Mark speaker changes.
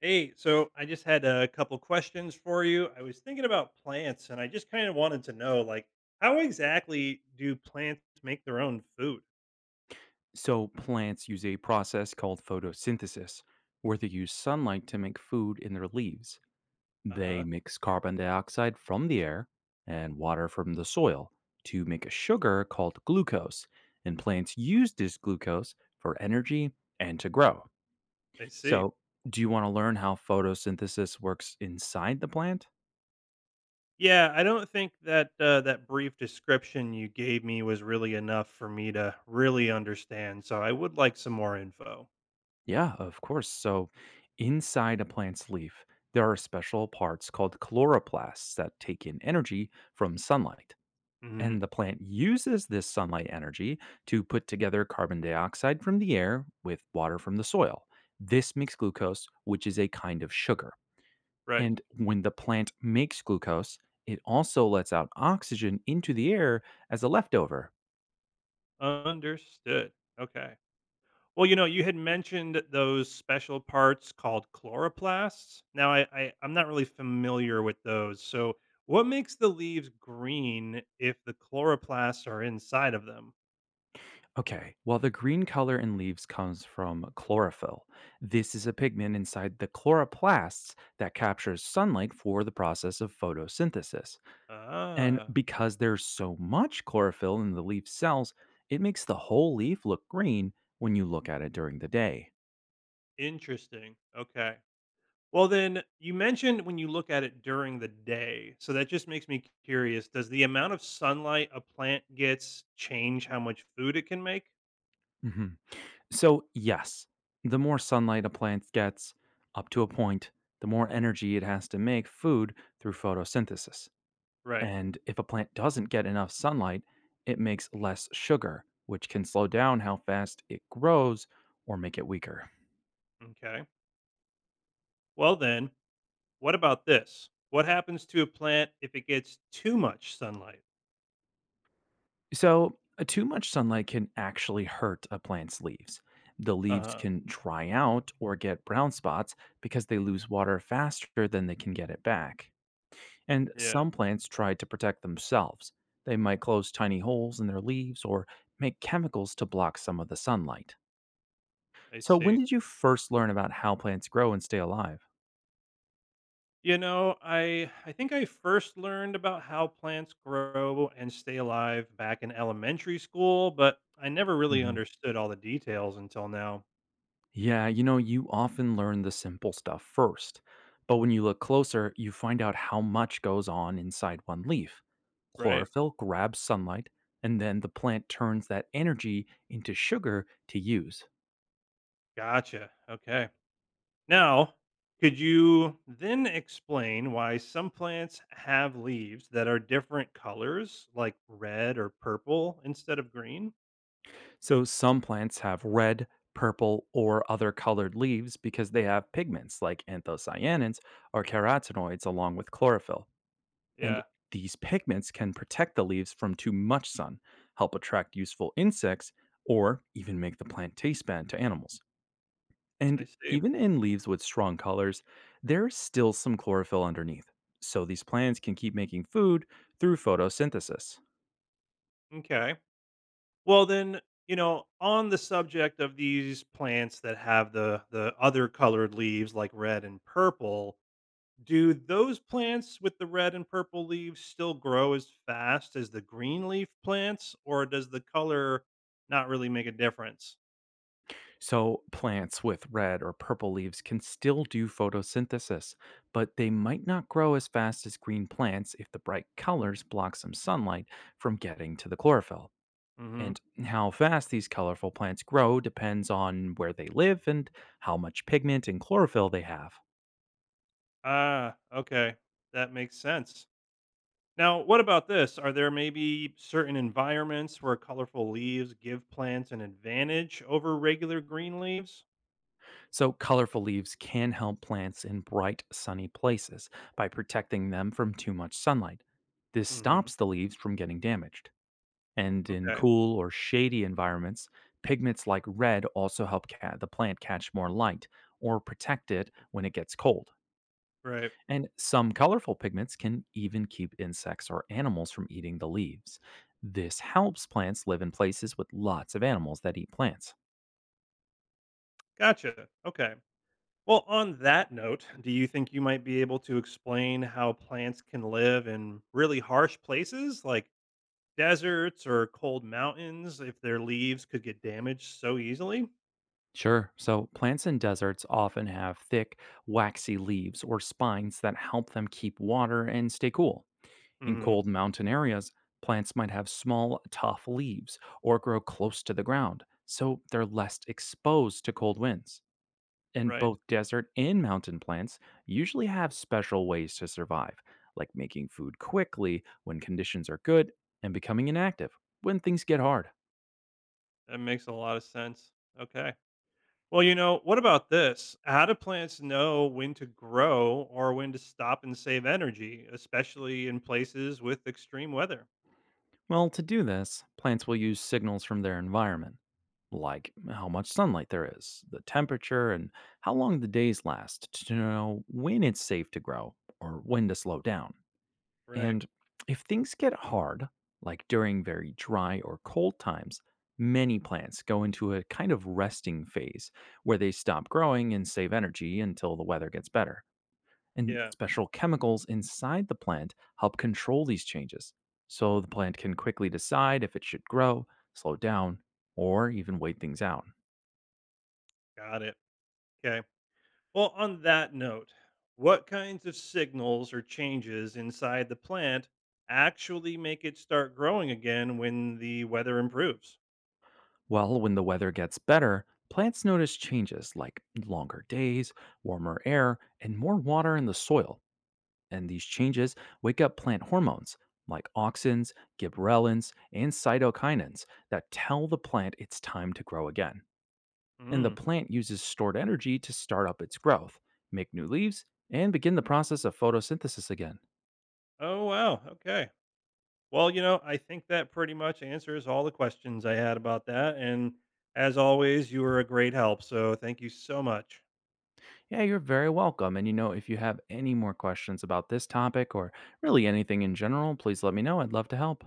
Speaker 1: Hey, so I just had a couple questions for you. I was thinking about plants and I just kind of wanted to know like how exactly do plants make their own food?
Speaker 2: So, plants use a process called photosynthesis, where they use sunlight to make food in their leaves. They
Speaker 1: Uh-huh.
Speaker 2: mix carbon dioxide from the air and water from the soil to make a sugar called glucose, and plants use this glucose for energy and to grow.
Speaker 1: I see.
Speaker 2: So, do you want to learn how photosynthesis works inside the plant?
Speaker 1: Yeah, I don't think that that brief description you gave me was really enough for me to really understand. So I would like some more info.
Speaker 2: Yeah, of course. So, inside a plant's leaf, there are special parts called chloroplasts that take in energy from sunlight. And
Speaker 1: Mhm.
Speaker 2: the plant uses this sunlight energy to put together carbon dioxide from the air with water from the soil. This makes glucose, which is a kind of sugar.
Speaker 1: Right.
Speaker 2: And when the plant makes glucose, it also lets out oxygen into the air as a leftover.
Speaker 1: Understood. Okay. Well, you know, you had mentioned those special parts called chloroplasts. Now, I'm not really familiar with those. So, what makes the leaves green if the chloroplasts are inside of them?
Speaker 2: Okay, well, the green color in leaves comes from chlorophyll. This is a pigment inside the chloroplasts that captures sunlight for the process of photosynthesis. And
Speaker 1: Ah,
Speaker 2: because there's so much chlorophyll in the leaf cells, it makes the whole leaf look green when you look at it during the day.
Speaker 1: interesting. Okay. Well, then you mentioned when you look at it during the day. So that just makes me curious. Does the amount of sunlight a plant gets change how much food it can make?
Speaker 2: Mhm. So, yes, the more sunlight a plant gets, up to a point, the more energy it has to make food through photosynthesis.
Speaker 1: Right.
Speaker 2: And if a plant doesn't get enough sunlight, it makes less sugar, which can slow down how fast it grows or make it weaker.
Speaker 1: Okay. Well, then what about this? What happens to a plant if it gets too much sunlight?
Speaker 2: So, too much sunlight can actually hurt a plant's leaves. The leaves
Speaker 1: Uh-huh.
Speaker 2: can dry out or get brown spots because they lose water faster than they can get it back. And
Speaker 1: Yeah,
Speaker 2: some plants try to protect themselves. They might close tiny holes in their leaves or make chemicals to block some of the sunlight.
Speaker 1: I
Speaker 2: So, when
Speaker 1: see.
Speaker 2: did you first learn about how plants grow and stay alive?
Speaker 1: You know, I think I first learned about how plants grow and stay alive back in elementary school, but I never really understood all the details until now.
Speaker 2: Yeah, you know, you often learn the simple stuff first, but when you look closer, you find out how much goes on inside one leaf.
Speaker 1: Right.
Speaker 2: Chlorophyll grabs sunlight, and then the plant turns that energy into sugar to use.
Speaker 1: Gotcha. Okay. Now, could you then explain why some plants have leaves that are different colors, like red or purple instead of green?
Speaker 2: So some plants have red, purple, or other colored leaves because they have pigments like anthocyanins or carotenoids along with chlorophyll. And
Speaker 1: Yeah,
Speaker 2: these pigments can protect the leaves from too much sun, help attract useful insects, or even make the plant taste bad to animals.
Speaker 1: I
Speaker 2: And
Speaker 1: see.
Speaker 2: even in leaves with strong colors, there's still some chlorophyll underneath. So these plants can keep making food through photosynthesis.
Speaker 1: Okay. Well, then, you know, on the subject of these plants that have the other colored leaves like red and purple, do those plants with the red and purple leaves still grow as fast as the green leaf plants or does the color not really make a difference?
Speaker 2: So plants with red or purple leaves can still do photosynthesis, but they might not grow as fast as green plants if the bright colors block some sunlight from getting to the chlorophyll.
Speaker 1: Mhm.
Speaker 2: And how fast these colorful plants grow depends on where they live and how much pigment and chlorophyll they have.
Speaker 1: Ah, okay. That makes sense. Now, what about this? Are there maybe certain environments where colorful leaves give plants an advantage over regular green leaves?
Speaker 2: So, colorful leaves can help plants in bright, sunny places by protecting them from too much sunlight. This
Speaker 1: Mhm.
Speaker 2: stops the leaves from getting damaged. And in
Speaker 1: Okay.
Speaker 2: cool or shady environments, pigments like red also help the plant catch more light or protect it when it gets cold.
Speaker 1: Right.
Speaker 2: And some colorful pigments can even keep insects or animals from eating the leaves. This helps plants live in places with lots of animals that eat plants.
Speaker 1: Gotcha. Okay. Well, on that note, do you think you might be able to explain how plants can live in really harsh places like deserts or cold mountains if their leaves could get damaged so easily?
Speaker 2: Sure. So, plants in deserts often have thick, waxy leaves or spines that help them keep water and stay cool. In
Speaker 1: Hmm.
Speaker 2: cold mountain areas, plants might have small, tough leaves or grow close to the ground, so they're less exposed to cold winds. And
Speaker 1: Right.
Speaker 2: both desert and mountain plants usually have special ways to survive, like making food quickly when conditions are good and becoming inactive when things get hard.
Speaker 1: That makes a lot of sense. Okay. Well, you know, what about this? How do plants know when to grow or when to stop and save energy, especially in places with extreme weather?
Speaker 2: Well, to do this, plants will use signals from their environment, like how much sunlight there is, the temperature, and how long the days last to know when it's safe to grow or when to slow down.
Speaker 1: Right.
Speaker 2: And if things get hard, like during very dry or cold times, many plants go into a kind of resting phase where they stop growing and save energy until the weather gets better. And
Speaker 1: Yeah.
Speaker 2: special chemicals inside the plant help control these changes. So the plant can quickly decide if it should grow, slow down, or even wait things out.
Speaker 1: Got it. Okay. Well, on that note, what kinds of signals or changes inside the plant actually make it start growing again when the weather improves?
Speaker 2: Well, when the weather gets better, plants notice changes like longer days, warmer air, and more water in the soil and these changes wake up plant hormones like auxins, gibberellins, and cytokinins that tell the plant it's time to grow again. And the
Speaker 1: Mm.
Speaker 2: plant uses stored energy to start up its growth, make new leaves, and begin the process of photosynthesis again.
Speaker 1: Oh, wow. Okay. Well, you know, I think that pretty much answers all the questions I had about that. And as always, you were a great help. So thank you so much.
Speaker 2: Yeah, you're very welcome. And you know, if you have any more questions about this topic or really anything in general, please let me know. I'd love to help.